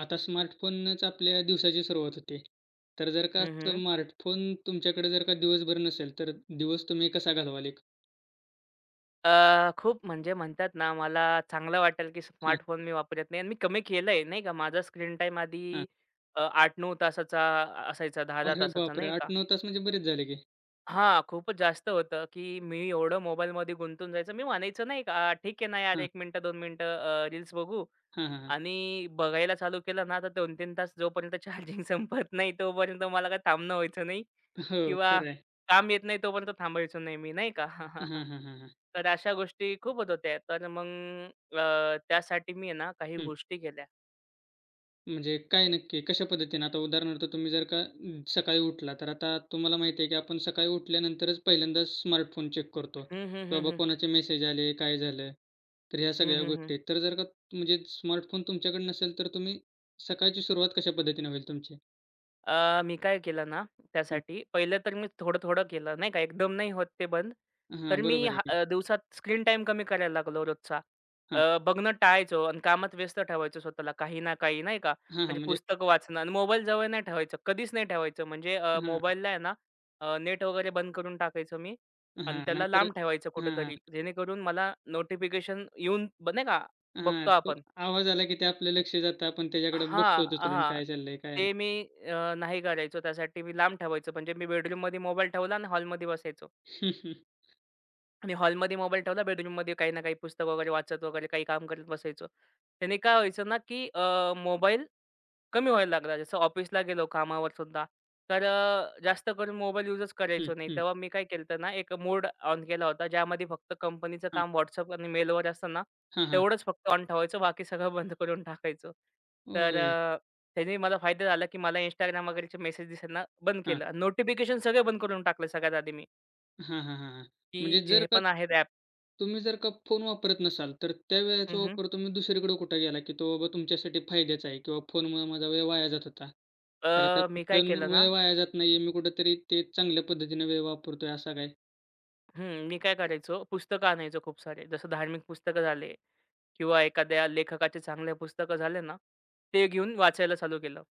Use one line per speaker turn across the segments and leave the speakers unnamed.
आता स्मार्टफोनच आपल्या दिवसाची सुरुवात होते. तर जर का
हं, हं.
स्मार्टफोन तुमच्याकडे जर का दिवसभर नसेल, तर दिवस तुम्ही कसा घालवाल एक?
अ, खूप म्हणजे म्हणतात ना, मला चांगलं वाटेल, की
हां,
स्मार्टफोन मी वापरत नाही आणि मी कमी केलंय नाही का. माझा स्क्रीन टाइम आधी
हां.
8-9 तासाचा असायचा, 10-10
अरे
तासाचा
बापरे!
नाही का.
8-9 तास म्हणजे बरेच झाले की.
हां, खूपच जास्त होतं, की मी एवढं मोबाईलमध्ये गुंतून जायचं. मी म्हणायचं नाही का, "आ, "ठीक आहे ना यार,
हां,
एक मिनिटं, 2 मिनिटं, रील्स बघू."
हां, हां, हां.
आणि बघायला चालू केलं ना, तर 2-3 तास जोपर्यंत चार्जिंग संपत नाही, तोपर्यंत मला काही थांबणं व्हायचं नाही
हो,
किंवा
खरं आहे.
काम येत नाही, तोपर्यंत थांबायचो नाही मी, नाही का?
हां, हां, हां, हां.
तर अशा गोष्टी खूप होत होत्या. तर मग, त्यासाठी मी आहे ना, काही
हं.
गोष्टी केल्या.
म्हणजे काय नक्की? कशा पद्धतीने? आता उदाहरणार्थ तुम्ही जर का सकाळी उठला, तर आता तुम्हाला माहिती आहे, की आपण सकाळी उठल्यानंतरच पहिल्यांदा स्मार्टफोन चेक करतो,
हं, हं,
की
हं,
बाबा
हं.
कोणाचे मेसेज आले, काय झालं? तर ह्या
हं,
सगळ्या
हं, हं.
गोष्टी. तर जर का म्हणजे स्मार्टफोन तुमच्याकडे नसेल, तर तुम्ही सकाळची सुरुवात कशा पद्धतीने होईल तुमची?
अ, मी काय केलं ना,
हं.
त्यासाठी पहिलं तर मी थोडं-थोडं केलं नाही का, एकदम नाही होत ते बंद. तर
हां,
मी
बरोबर आहे
हा
की.
अ, दिवसात स्क्रीन टाईम कमी करायला लागलो रोजचा.
हां.
बघणं टाळायचो आणि कामात व्यस्त ठेवायचो स्वतःला काही ना काही नाही का,
हां, हां.
म्हणजे
म्हणजे
पुस्तकं वाचणं आणि मोबाईल जवळ नाही ठेवायचं, कधीच नाही ठेवायचं. म्हणजे
हां,
मोबाईलला आहे ना, नेट वगैरे बंद करून टाकायचं मी आणि
हां.
त्याला
नाहीतर
लांब ठेवायचं
हां, हां.
कुठेतरी, जेणेकरून मला नोटिफिकेशन येऊन ब नाही का,
हां.
बघतो
तो
आपण.
आवाज आला, की ते आपलं लक्ष जातं. आपण त्याच्याकडे बघतो
हां,
उचलून
हां.
काय चाललंय, काय
ते मी, नाही करायचो. त्यासाठी मी लांब ठेवायचो. म्हणजे मी बेडरूममध्ये मोबाईल ठेवला आणि हॉलमध्ये बसायचो.
नाही.
आणि हॉलमध्ये मोबाईल ठेवला, बेडरूममध्ये काही ना काही पुस्तक वगैरे वाचत वगैरे काही काम करत बसायचो. त्याने काय व्हायचं ना, की मोबाईल कमी व्हायला लागला. जसं ऑफिसला गेलो कामावर सुद्धा, तर जास्त करून मोबाईल युजच
हं, हं.
करायचो नाही.
हं, हं.
तेव्हा मी काय केलं ना, एक मोड ऑन केला होता, ज्यामध्ये फक्त कंपनीचं
हां.
काम WhatsApp आणि मेलवर असतं ना,
हां, हां.
तेवढंच फक्त ऑन ठेवायचं, बाकी सगळं बंद करून टाकायचो. तर
होय.
अ, त्याने मला फायदा झाला, की मला Instagram वगैरेचे मेसेज दिसायला बंद केलं नोटिफिकेशन सगळे बंद करून टाकले सगळ्यात आधी मी,
हां, हां, हां, हां.
की
म्हणजे
जे
जर का
पण आहेत ॲप
तुम्ही जर का फोन वापरत नसाल, तर त्या वेळेचा वापर तुम्ही दुसरीकडे कुठे गेला, की तो बाबा तुमच्यासाठी फायद्याचा आहे किंवा फोनमुळे माझा वेळ वाया जात होता.
अ,
तर आता
मी काय
कुठून
केलं ना.
वेळ वाया जात नाही आहे, मी कुठेतरी ते चांगल्या पद्धतीने वेळ वापरतोय असा काय?
हं, मी काय करायचो, पुस्तकं आणायचो खूप सारे. जसं धार्मिक पुस्तकं झाले किंवा एखाद्या लेखकाचे चांगले पुस्तकं झाले ना, ते घेऊन वाचायला चालू केलं.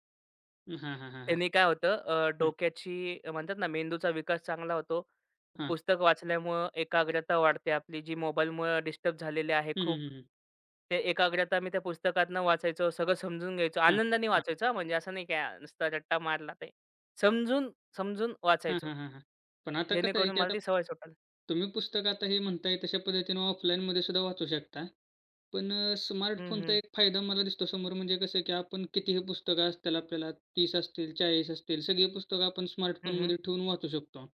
हां, हां, हां, हां.
त्यांनी काय होतं,
हं,
डोक्याची, म्हणतात ना मेंदूचा विकास चांगला होतो.
हां.
पुस्तक वाचल्यामुळं एकाग्रता वाढते आपली, जी मोबाईलमुळं डिस्टर्ब झालेली आहे
हं,
खूप.
हं, हं, हं.
ते एकाग्रता मी त्या पुस्तकातनं वाचायचो, सगळं समजून घ्यायचो. आनंदाने
हां.
वाचायचो हां, म्हणजे असं नाही काय नुसता रट्टा मारला ते. समजून, समजून
हां,
वाचायचो.
हां, हां, हां. पण आता कसं आहे,
जेणेकरून
की
मला
आता
ती सवय सुटेल.
तुम्ही पुस्तक आता हे म्हणताय तशा पद्धतीनं ऑफलाईनमध्ये सुद्धा वाचू शकता. पण
हं,
स्मार्टफोनचा
हं.
एक फायदा मला दिसतो समोर म्हणजे कसं, की आपण कितीही पुस्तकं असतील आपल्याला 30 असतील, 40 असतील, सगळी पुस्तकं आपण
हं, हं.
स्मार्टफोनमध्ये ठेवून वाचू शकतो.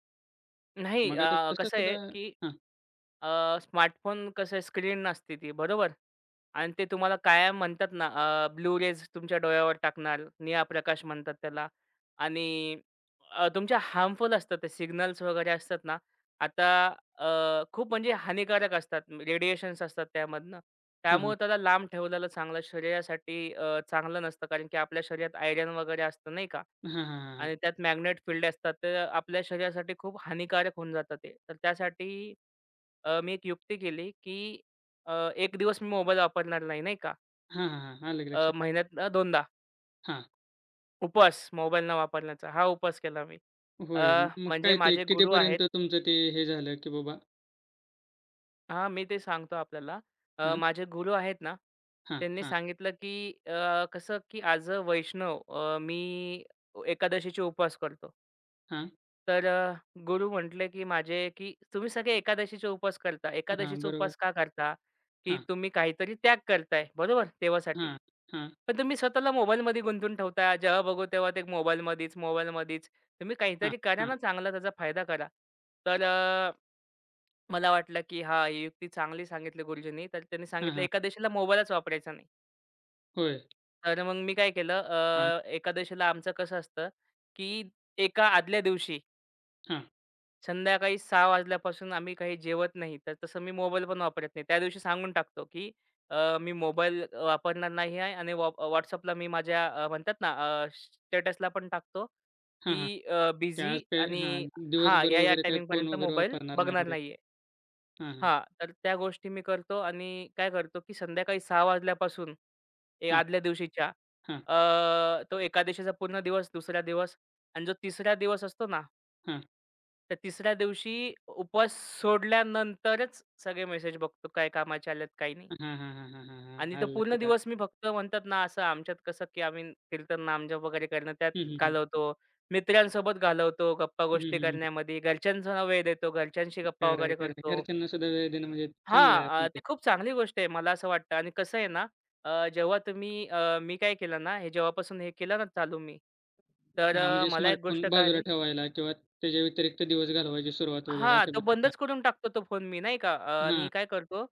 नाही
मग आता
अ,
तसं
कसं आहे,
सुद्धा
की, स्मार्टफोन कसं आहे स्क्रीन नसते ती बरोबर? आणि ते तुम्हाला कायम म्हणतात ना, ब्लू रेज तुमच्या डोळ्यावर टाकणार, निळा प्रकाश म्हणतात त्याला आणि तुमच्या हार्मफुल असतात ते सिग्नल्स वगैरे असतात ना. आता खूप म्हणजे हानिकारक असतात. रेडिएशन्स असतात त्यामधनं.
हां, हां.
त्यामुळे त्याला लांब ठेवलेलं चांगलं शरीरासाठी चांगलं नसतं कारण की आपल्या शरीरात आयर्न वगैरे असतं नाही का?
हां, हां, हां, हां.
आणि त्यात मॅग्नेट फील्ड असतात. तर आपल्या शरीरासाठी खूप हानिकारक होऊन जातं ते. तर त्यासाठी, मी एक युक्ती केली, की, 1 दिवस मी मोबाईल वापरणार नाही, नाही का.
हां, हां, हां. आलं की लक्षात.
महिन्यातनं 2दा
हां.
उपवास मोबाईल न वापरण्याचा हा उपवास केला मी.
होय.
अ,
मग
म्हणजे
काय ते
माझे गुरु आहेत
कितीपर्यंत तुमचं ते हे झालं, की बाबा
हां, मी ते सांगतो आपल्याला.
हां,
माझे गुरु आहेत ना,
हां,
त्यांनी
हां,
सांगितलं, की, कसं की ॲज अ वैष्णव, मी एकादशीचे उपवास करतो.
हां,
तर अ, गुरु म्हटले, की माझे की "तुम्ही सगळे एकादशीचे उपवास करता.
हां.
एकादशीचा
बरोबर.
उपवास का करता? की
हां,
तुम्ही काहीतरी त्याग करताय, बरोबर, देवासाठी.
हां, हां,
पण तुम्ही स्वतःला मोबाईलमध्ये गुंतून ठेवता. जेव्हा बघू तेव्हा ते मोबाईलमध्येच, मोबाईलमध्येच. तुम्ही
हां,
काहीतरी करा
हां,
ना चांगला, त्याचा फायदा करा." तर अ, मला वाटलं, की हां, ही युक्ती चांगली सांगितली गुरुजींनी. तर त्यांनी
हां,
सांगितलं,
हां.
"एकादशीला मोबाईलच वापरायचा नाही."
होय.
तर मग मी काय केलं,
हां,
अ, एकादशीला आमचं कसं असतं, की एका आदल्या दिवशी
हां.
संध्याकाळी 6:00 वाजल्यापासून आम्ही काही जेवत नाही. तर तसं मी मोबाईल पण वापरत नाही. त्या दिवशी सांगून टाकतो, की, मी मोबाईल वापरणार नाही आहे आणि वॉ मी माझ्या, म्हणतात ना स्टेटसला पण टाकतो,
हां, हां.
की
की
बिझी
आज ते हां,
आणि हां,
दिवसभर
या-या
वगैरे काही फोन
टायमिंगपर्यंत
वगैरे
मोबाईल
वापरणार नाही
बघणार
वगैरे.
नाहीये.
हां, हां.
हां, तर त्या गोष्टी मी करतो आणि काय करतो, की संध्याकाळी 6:00 वाजल्यापासून ए
हां,
आदल्या दिवशीच्या
हां.
अ, तो एकादशीचा पूर्ण दिवस, दुसरा दिवस आणि जो तिसरा दिवस असतो ना,
हां.
तर तिसऱ्या दिवशी उपवास सोडल्यानंतरच सगळे मेसेज बघतो काय कामाचे आलेत, काही नाही.
हां, हां, हां, हां, हां, हां.
आणि तो
आलं
पूर्ण
लक्षात.
दिवस
आलं.
मी फक्त म्हणतात ना असं आमच्यात कसं, की आम्ही कीर्तन, नामजप वगैरे करणं त्यात
हं, हं, हं.
घालवतो. मित्रांसोबत घालवतो,
हं,
गप्पा-गोष्टी
हं, हं.
करण्यामध्ये. घरच्यांना वेळ देतो, घरच्यांशी गप्पा
खरं आहे,
वगैरे
खरं आहे.
करतो.
घरच्यांना सुद्धा वेळ देणं म्हणजे चांगलं आहे
हां,
आपलं
अ, ते
ते.
खूप चांगली गोष्ट आहे मला असं वाटतं आणि कसं आहे ना, जेव्हा तुम्ही, मी काय केलं ना, हे जेव्हापासून हे केलं ना चालू मी,
हां, म्हणजे
मला एक गोष्ट
स्मार्टफोन बाजूला
कळाली.
ठेवायला किंवा त्याच्या व्यतिरिक्त दिवस घालवायची सुरुवात वगैरे
हां,
अशा
तो
पद्धती. हां,
बंदच करून टाकतो तो फोन मी नाही का. आणि
हां,
काय करतो,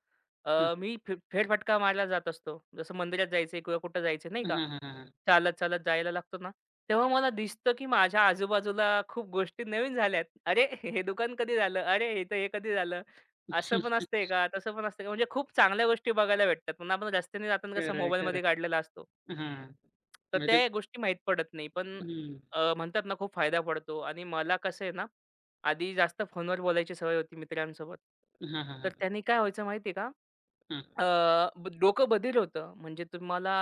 हां.
मी फेरफटका मारायला जात असतो. जसं मंदिरात जायचंय किंवा कुठं जायचं नाही
हां,
का.
हां, हां, हां.
चालत-चालत जायला लागतो ना, तेव्हा मला दिसतं की माझ्या आजूबाजूला खूप गोष्टी नवीन झाल्यात. अरे, हे दुकान कधी झालं? अरे, इथं हे कधी झालं? असं पण असतंय का? तसं पण असतंय का? म्हणजे खूप चांगल्या गोष्टी बघायला भेटतात. पण आपण रस्त्याने जाताना कसं
खरं आहे, खरं
मोबाईलमध्ये
आहे.
काढलेला असतो.
हां,
तर
म्हणजे
त्या गोष्टी माहीत पडत नाही. पण
हं.
अ, म्हणतात ना खूप फायदा पडतो आणि मला कसं आहे ना, आधी जास्त फोनवर बोलायची सवय होती मित्रांसोबत.
हां, हां,
तर
हां.
त्यांनी काय व्हायचं माहिती आहे का?
हां.
अ, ब डोकं बधीर होतं. म्हणजे तुम्हाला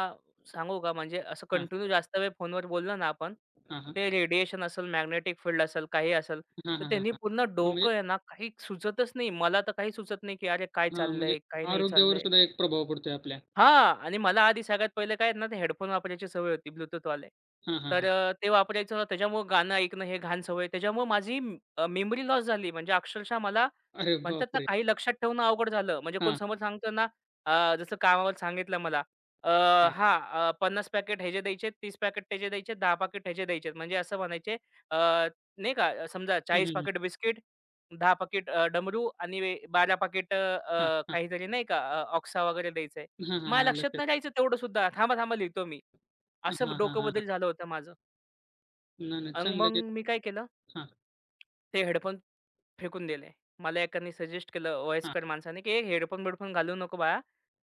सांगू का म्हणजे असं
हां,
कंटिन्यू जास्त वेळ फोनवर बोललो ना आपण,
हां, हां.
ते रेडिएशन असेल, मॅग्नेटिक फील्ड असेल, काही असेल,
हां, हां,
तर
हां, हां.
त्यांनी
हां,
पूर्ण
म्हणजे
डोकं आहे ना काही सुचतच नाही. मला तर काही सुचत नाही, की अरे काय
हां, म्हणजे
चाललंय? काय नाही
आरोग्यावर
चाललंय?
सुद्धा एक प्रभाव पडतोय आपल्या.
हां. आणि मला आधी सगळ्यात पहिले काय आहे ना, ते हेडफोन वापरायची सवय होती ब्लूटूथ वाले.
हां, हां, हां.
ते वापरायचं त्याच्यामुळं गाणं ऐकणं हे घाण सवय. त्याच्यामुळं माझी, मेमरी लॉस झाली. म्हणजे अक्षरशः मला
अरे
म्हणतात ना,
बापरे!
काही लक्षात ठेवणं अवघड झालं. म्हणजे कोण
हां,
समोर सांगतो ना, जसं कामावर सांगितलं मला, अ,
हां.
हां, 50 पॅकेट ह्याचे द्यायचे, 30 पॅकेट त्याचे द्यायचे, 10 पॅकेट ह्याचे द्यायचे. म्हणजे असं म्हणायचे अ, नाही का, अ, समजा
हं,
40
हं, हं.
पाकीट बिस्किट, 10 पाकीट डमरू आणि 12 पाकीट,
हां, हां.
काहीतरी नाही का, ऑक्सा वगैरे द्यायचे.
हां, हां,
माझ्या
आलं
लक्षात
लक्षात.
नाही राहायचं तेवढं सुद्धा. थांबा-थांबा लिहितो मी.
हां,
असं
हां, हां,
डोकं बदल
हां.
झालं होतं माझं.
नाही, नाही
अन्
चांगलं
मग
की
मी काय केलं,
हां,
ते हेडफोन फेकून दिले. मला एकाने सजेस्ट केलं
हां.
वयस्कर माणसाने, की "हे हेडफोन-बिडफोन घालू नको बाळा.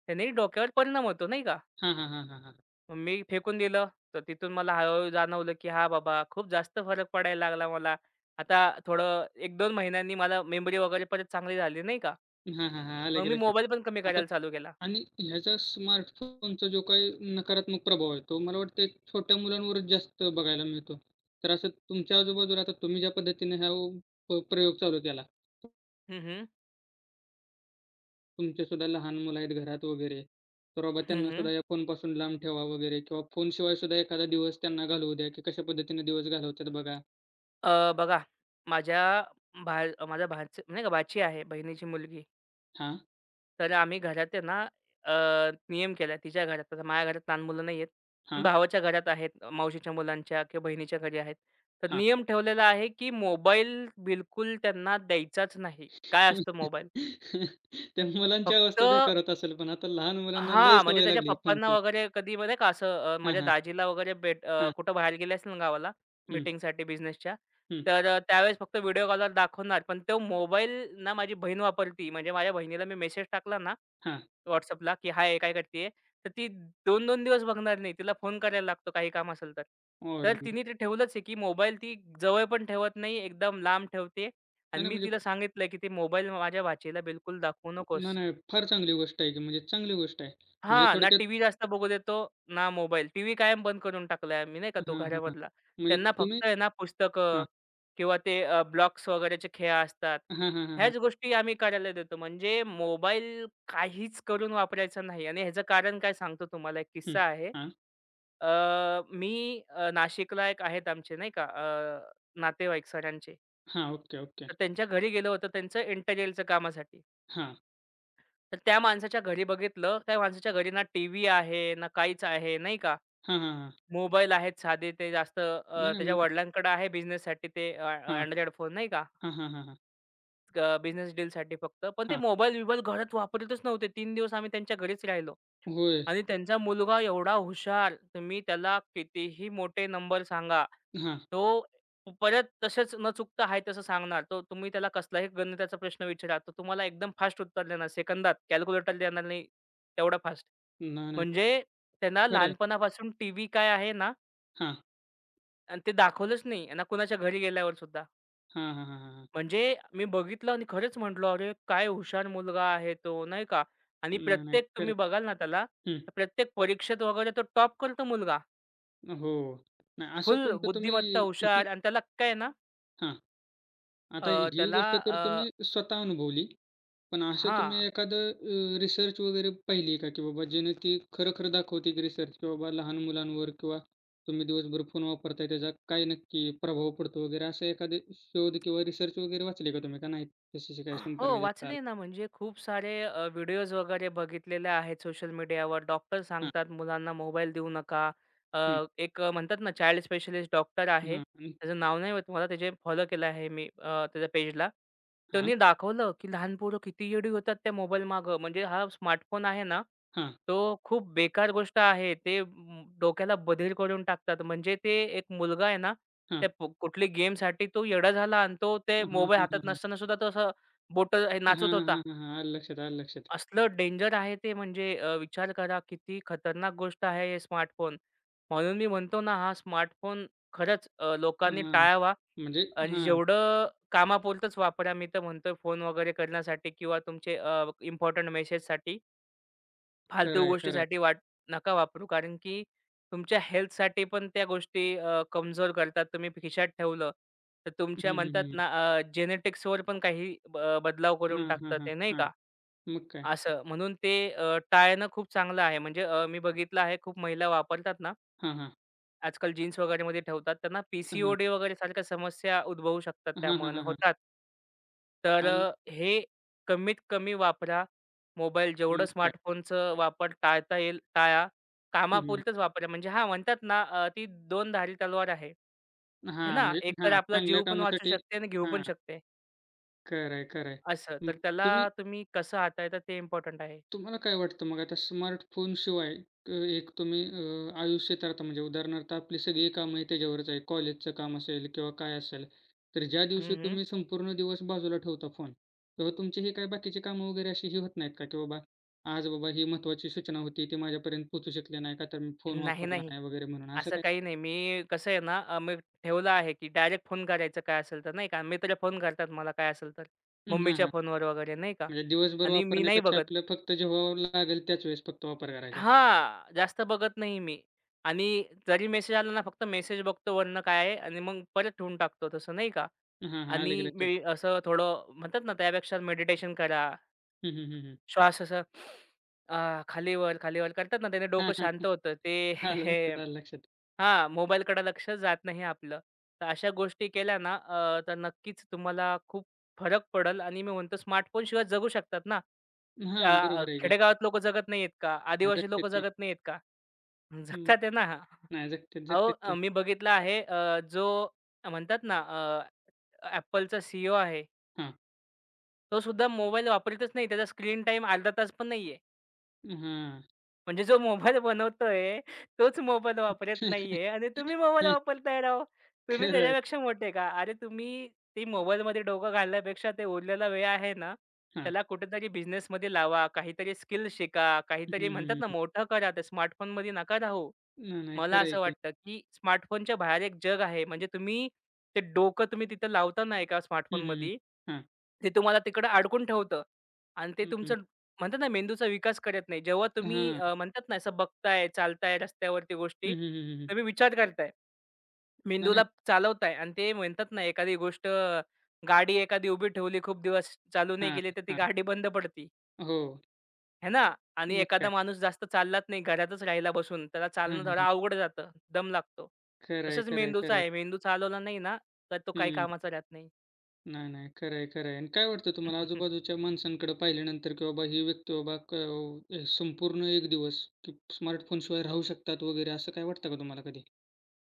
त्याने डोक्यावर परिणाम होतो." नाही का.
हां, हां, हां, हां, हां.
मग मी फेकून दिलं. तर तिथून मला हळू जाणवलं, की "हां बाबा, खूप जास्त फरक पडायला लागला मला." आता थोडं 1-2 महिन्यांनी मला मेमरी वगैरे परत चांगली झाली नाही का.
हां, हां, हां. आलं
मग
की
मी
लक्षात.
मोबाईल पण कमी
आता
करायला चालू केला.
आणि ह्याचा स्मार्टफोनचा जो काही नकारात्मक प्रभाव आहे, तो मला वाटतं छोट्या मुलांवरच जास्त बघायला मिळतो. तर असं तुमच्या आजूबाजूला आता तुम्ही ज्या पद्धतीने हा उ प प्रयोग चालू केला,
हं, हं.
तुमचेसुद्धा लहान मुलं आहेत घरात वगैरे, तर बाबा
हं, हं.
त्यांनासुद्धा या फोनपासून लांब ठेवा वगैरे किंवा फोनशिवाय सुद्धा एखादा दिवस त्यांना घालवू द्या, की कशा पद्धतीने दिवस घालवतात बघा.
बघा माझ्या माझ्या भाच नाही का भाची आहे बहिणीची मुलगी.
हां,
तर आम्ही घरात आहे ना अ, नियम केलाय तिच्या घरात. आता माझ्या घरात लहान मुलं नाही आहेत. पण
हां,
भावाच्या घरात आहेत, मावशीच्या मुलांच्या किंवा बहिणीच्या घरी आहेत. तर
हां.
नियम ठेवलेला आहे, की मोबाईल बिलकुल त्यांना द्यायचाच नाही. काय असतो मोबाईल?
त्या मुलांची
फक्त
अवस्था बेकार होत असेल, पण आता लहान मुलांना लय
हां, म्हणजे
सवय
त्याच्या
लागली
पप्पांना
फोनची.
वगैरे कधी माहिती का असं
हां,
माझ्या
हां,
दाजीला वगैरे
हां,
कुठं बाहेर गेले असेल ना गावाला
हं,
मीटिंगसाठी बिझनेसच्या,
हं,
तर त्यावेळेस फक्त व्हिडिओ कॉलवर दाखवणार. पण तो मोबाईल ना माझी बहीण वापरती. म्हणजे माझ्या बहिणीला मी मेसेज टाकला ना
हां.
WhatsAppला, की "हाय, काय करतीये?" तर ती 2-2 दिवस बघणार नाही. तिला फोन करायला लागतो काही काम असेल तर.
और
तर तिने ते ठेवलंच आहे, की मोबाईल ती जवळ पण ठेवत नाही, एकदम लांब ठेवते. आणि
नाही, नाही,
मी
म्हणजे
तिला सांगितलंय, की "ते मोबाईल माझ्या भाचीला बिलकुल दाखवू
नाही,
नकोस."
नाही, फार चांगली गोष्ट आहे की म्हणजे चांगली गोष्ट आहे. म्हणजे
हां, ना
थोडक्यात
टीव्ही जास्त बघू देतो, ना मोबाईल. टीव्ही कायम बंद करून टाकलाय मी नाही का
हां,
तो
हां, हां.
घरामधला.
म्हणजे
त्यांना
तुम्ही
फक्त आहे ना पुस्तकं
हां,
किंवा ते, ब्लॉक्स वगैरेचे खेळ असतात.
हां, हां, हां,
ह्याच
हां.
गोष्टी आम्ही करायला देतो. म्हणजे मोबाईल काहीच करून वापरायचा नाही आणि ह्याचं कारण काय सांगतो तुम्हाला एक
हं,
किस्सा आहे.
हां,
अ, मी नाशिकला एक आहेत आमचे नाही का नातेवाईक सरांचे.
हां. Okay, okay.
तर त्यांच्या घरी गेलो होतो त्यांचं इंटेरिअरच्या कामासाठी.
हां.
तर त्या माणसाच्या घरी बघितलं, त्या माणसाच्या घरी ना टीव्ही आहे, ना काहीच आहे नाही का.
हां, हां, हां.
मोबाईल आहेत साधे ते जास्त,
नाही,
त्याच्या
नाही.
वडिलांकडे आहे बिझनेससाठी
हां.
फोन नाही का?
हां, हां, हां, हां.
बिझनेस डीलसाठी फक्त. पण ते
हां.
मोबाईल-बिबाईल घरात वापरतच नव्हते. तीन दिवस आम्ही त्यांच्या घरीच राहिलो
होय.
आणि त्यांचा मुलगा एवढा हुशार, तुम्ही त्याला कितीही मोठे नंबर सांगा,
हां.
तो परत तसेच न चुकता आहे तसं सांगणार. तो तुम्ही त्याला कसलाही गणिताचा प्रश्न विचारा, तो तुम्हाला एकदम फास्ट उत्तर देणार. सेकंदात कॅल्क्युलेटर देणार नाही, तेवढा फास्ट.
नाही, नाही.
म्हणजे त्यांना
खरं आहे.
लहानपणापासून टीव्ही काय आहे ना
हां.
आणि ते दाखवलंच नाही ना कुणाच्या घरी गेल्यावर सुद्धा.
हां, हां, हां, हां, हां.
म्हणजे मी बघितलं आणि खरंच म्हटलं, "अरे, काय हुशार मुलगा आहे तो," नाही का? आणि
नाही, नाही.
प्रत्येक
खरं
तुम्ही बघाल ना त्याला,
आहे. हं.
तर प्रत्येक परीक्षेत वगैरे तो टॉप करतो मुलगा.
हो. नाही असं
फुल
कोणतं
बुद्धिमत्ता
तुम्ही ही
हुशार आणि त्याला काय आहे ना
हां. आता
अ,
ही
त्याला
गोष्ट तर
अ,
तुम्ही स्वतः अनुभवली. पण असं तुम्ही
हां.
एखादं रिसर्च वगैरे पाहिली का, की बाबा ज्याने ती खरं-खरं दाखवते की रिसर्च की बाबा लहान मुलांवर किंवा तुम्ही दिवसभर फोन वापरताय त्याचा काय नक्की प्रभाव पडतो वगैरे असं एखादे शोध किंवा रिसर्च वगैरे वाचले का तुम्ही? का नाही त्याच्याशी काही
हो,
संपर्क जास्त
वाचले
आला?
ना, म्हणजे खूप सारे व्हिडिओज वगैरे बघितलेले आहेत सोशल मीडियावर. डॉक्टर
हां.
सांगतात मुलांना मोबाईल देऊ नका. अ, एक, म्हणतात ना चाइल्ड स्पेशलिस्ट डॉक्टर आहे.
हां आणि
त्याचं नाव नाही माहीत मला, त्याचे फॉलो केलं आहे मी, त्याच्या पेजला.
हां,
त्यांनी दाखवलं, की लहान पोरं किती येडी होतात त्या मोबाईल मागं. म्हणजे हा स्मार्टफोन आहे ना,
हां,
तो खूप बेकार गोष्ट आहे. ते डोक्याला बधीर करून टाकतात. म्हणजे ते एक मुलगा आहे ना,
हां.
त्या कुठली गेमसाठी तो येडा झाला आणि तो ते
हां, हां,
मोबाईल
हां,
हातात
हां.
नसताना सुद्धा तो बोटं
हां,
नाचत
हां,
होता.
हां, हां, हां. आलं लक्षात, आलं लक्षात.
असलं डेंजर आहे ते म्हणजे विचार करा किती खतरनाक गोष्ट आहे हे स्मार्टफोन. म्हणून मी म्हणतो ना हा स्मार्टफोन खरंच लोकांनी
हां,
टाळावा
म्हणजे
आणि
हां,
जेवढं कामापुरतंच वापरा. मी तर म्हणतोय फोन वगैरे करण्यासाठी किंवा तुमचे इम्पोर्टंट मेसेजसाठी,
खरं
फालतू
आहे, खरं आहे.
गोष्टीसाठी वाट नका वापरू. कारण की तुमच्या हेल्थसाठी पण त्या गोष्टी कमजोर करतात. तुम्ही खिशात ठेवलं तर तुमच्या
हं, हं,
म्हणतात
हं, हं.
ना जेनेटिक्सवर पण काही बदलाव करून
हां, हां,
टाकतात
हां,
ते नाही
हां.
का?
मग काय?
असं म्हणून ते टाळणं खूप चांगलं आहे. म्हणजे मी बघितलं आहे खूप महिला वापरतात ना,
हां, हां,
आजकाल जीन्स वगैरेमध्ये ठेवतात. त्यांना
हां.
PCOD वगैरे सारख्या समस्या उद्भवू शकतात
हां, हां,
त्यामुळे
हां, हां.
होतात. तर
आलं
हे कमीत कमी वापरा. मोबाईल जेवढं
मग काय?
स्मार्टफोनचं वापर टाळता येईल टाळा.
हं, हं.
कामापुरतंच वापरा. म्हणजे हां, म्हणतात ना ती दोन धारी तलवार आहे. हे
हां,
ना,
म्हणजे
एक तर
हां,
आपला
चांगल्या
जीव पण वाचू
कामासाठी
शकते आणि घेऊ पण
हां,
शकते
खरं आहे, खरं आहे.
असं. तर
मग
त्याला
तुम्ही
तुम्ही कसं हाताळता ते इम्पोर्टंट आहे.
तुम्हाला काय वाटतं मग आता स्मार्टफोनशिवाय एक तुम्ही आयुष्य तरता म्हणजे उदाहरणार्थ आपली सगळी कामं त्याच्यावरच आहे. कॉलेजचं काम असेल किंवा काय असेल, तर ज्या दिवशी
हं, हं.
तुम्ही संपूर्ण दिवस बाजूला ठेवता फोन तेव्हा तुमची ही काही बाकीची कामं वगैरे अशी ही होत नाहीत का, की बाबा आज बाबा ही महत्त्वाची सूचना होती ती माझ्यापर्यंत पोहोचू शकली नाही का, तर मी फोन
नाही,
वापरला
नाही.
नाही वगैरे म्हणून असं
असं
काय?
काही नाही. मी कसं आहे ना, मी ठेवलं आहे, की डायरेक्ट फोन करायचं काय असेल तर, नाही का. मित्र फोन करतात मला काय असेल तर,
हां, हां.
मम्मीच्या फोनवर वगैरे, नाही का.
म्हणजे दिवसभर
आणि मी नाही
वापरण्यापेक्षा
बघत.
आपलं फक्त जेव्हा लागेल त्याच वेळेस फक्त वापर करायचा.
हां, जास्त बघत नाही मी. आणि जरी मेसेज आला ना, फक्त मेसेज बघतो वरनं काय आहे आणि मग परत ठेवून टाकतो तसं, नाही का.
हां, हां. आलं की
आणि
लक्षात.
मी असं थोडं म्हणतात ना, त्यापेक्षा मेडिटेशन करा
हं, हं, हं, हं.
श्वास असं खालीवर, खालीवर करतात ना, त्याने
हां,
डोकं
हां,
शांत
हां.
होतं. ते
आलं लक्षात, आलं लक्षात.
हां, मोबाईलकडे लक्ष जात नाही आपलं. तर अशा गोष्टी केल्या ना, तर नक्कीच तुम्हाला खूप फरक पडल आणि मी म्हणतो स्मार्टफोनशिवाय जगू शकतात ना.
हां, बरोबर आहे की.
खेडेगावात लोकं जगत नाहीयेत का?
हां,
आदिवासी
जगतात
लोकं
की.
जगत नाहीयेत का?
हं.
जगतात आहे ना.
नाही जगतात,
अहो,
जगतात की.
मी बघितलं आहे जो म्हणतात ना, Appleचा आहे.
हां.
तो सुद्धा मोबाईल वापरतच नाही. त्याचा स्क्रीन टाईम अर्धा तास पण नाहीये.
हां.
म्हणजे जो मोबाईल बनवतोय, तोच मोबाईल वापरत नाहीये आणि तुम्ही मोबाईल
हं,
वापरताय राव. तुम्ही
खरं आहे.
त्याच्यापेक्षा मोठे का? अरे तुम्ही ते मोबाईलमध्ये डोकं घालण्यापेक्षा ते उरलेला वेळ आहे ना,
हां.
त्याला कुठेतरी बिझनेसमध्ये लावा, काहीतरी स्किल शिका,
हं,
काहीतरी म्हणतात
हं,
ना,
हं.
मोठं करा. ते स्मार्टफोनमध्ये नका राहू.
नाही, नाही
मला
खरं आहे
असं
की.
वाटतं, की स्मार्टफोनच्या बाहेर एक जग आहे. म्हणजे तुम्ही ते डोकं तुम्ही तिथं लावता ना एका
हं, हं,
स्मार्टफोनमध्ये,
हं. हां.
ते तुम्हाला तिकडं अडकून ठेवतं आणि ते
हं, हं.
तुमचं म्हणतात ना मेंदूचा विकास करत नाही. जेव्हा तुम्ही
हां.
म्हणतात ना असं बघताय, चालताय रस्त्यावरती
हं,
गोष्टी,
हं, हं, हं.
तुम्ही विचार करताय.
नाही, नाही.
मेंदूला चालवताय आणि ते म्हणतात ना एखादी गोष्ट गाडी एखादी उभी ठेवली खूप दिवस चालू नाही
हां,
केली, तर ती
हां.
गाडी बंद पडते.
हो.
आहे ना? आणि
मग
एखादा
काय.
माणूस जास्त चाललाच नाही, घरातच राहिला बसून, त्याला
हां,
चालणं
हां, हां.
जरा अवघड जातं, दम लागतो.
खरं आहे,
तसंच
खरं आहे,
मेंदूचा
खरं आहे.
आहे. मेंदू चालवला नाही ना, तर तो काही
हं.
कामाचा राहत नाही.
नाही, नाही. खरं आहे, खरं आहे. आणि काय वाटतं तुम्हाला आजूबाजूच्या माणसांकडे पाहिल्यानंतर की बाबा ही व्यक्ती संपूर्ण एक दिवस की स्मार्टफोनशिवाय राहू शकतात वगैरे असं काय वाटतं का तुम्हाला कधी?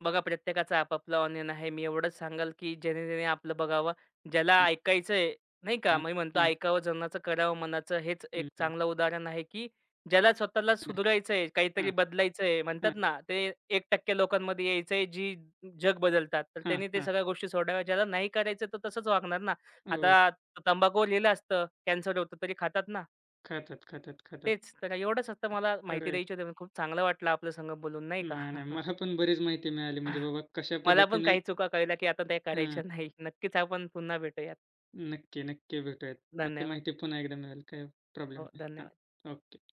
बघा प्रत्येकाचं आपापलं ऑनियन आहे. मी एवढंच सांगाल, की जेणे-जेणे आपलं बघावं. ज्याला
हं.
ऐकायचंय, नाही का?
हां.
मी म्हणतो
हां.
ऐकावं जनाचं करावं मनाचं हेच एक
हं, हं.
चांगलं उदाहरण आहे, की ज्याला स्वतःला
नाही.
सुधारायचंय, काहीतरी
हां,
बदलायचंय म्हणतात
हां,
ना, ते 1% लोकांमध्ये यायचंय जी जग बदलतात. तर
हां,
त्यांनी ते
हां.
सगळ्या गोष्टी सोडाव्या. ज्याला नाही करायचं तर तसंच वागणार ना.
हो.
आता तंबाखूवर लिहिलं असतं, कॅन्सर होतं तरी खातात ना.
खातात, खातात, खातात.
तेच. तर एवढंच फक्त मला
खरं
माहिती
आहे.
द्यायची होती. खूप चांगलं वाटलं आपल्या संग बोलून नाही का?
नाही, नाही. मला पण बरीच माहिती मिळाली म्हणजे बाबा कशा
मला पण
पद्धतीनं
काही चुका कळल्या, की आता त्या
हां.
करायच्या नाही. नक्कीच आपण पुन्हा भेटूयात.
नक्की, नक्की भेटूयात. अशी
धन्यवाद.
माहिती पुन्हा एकदा मिळेल. काही प्रॉब्लेम
हो,
नाही.
धन्यवाद.
हां. ओके.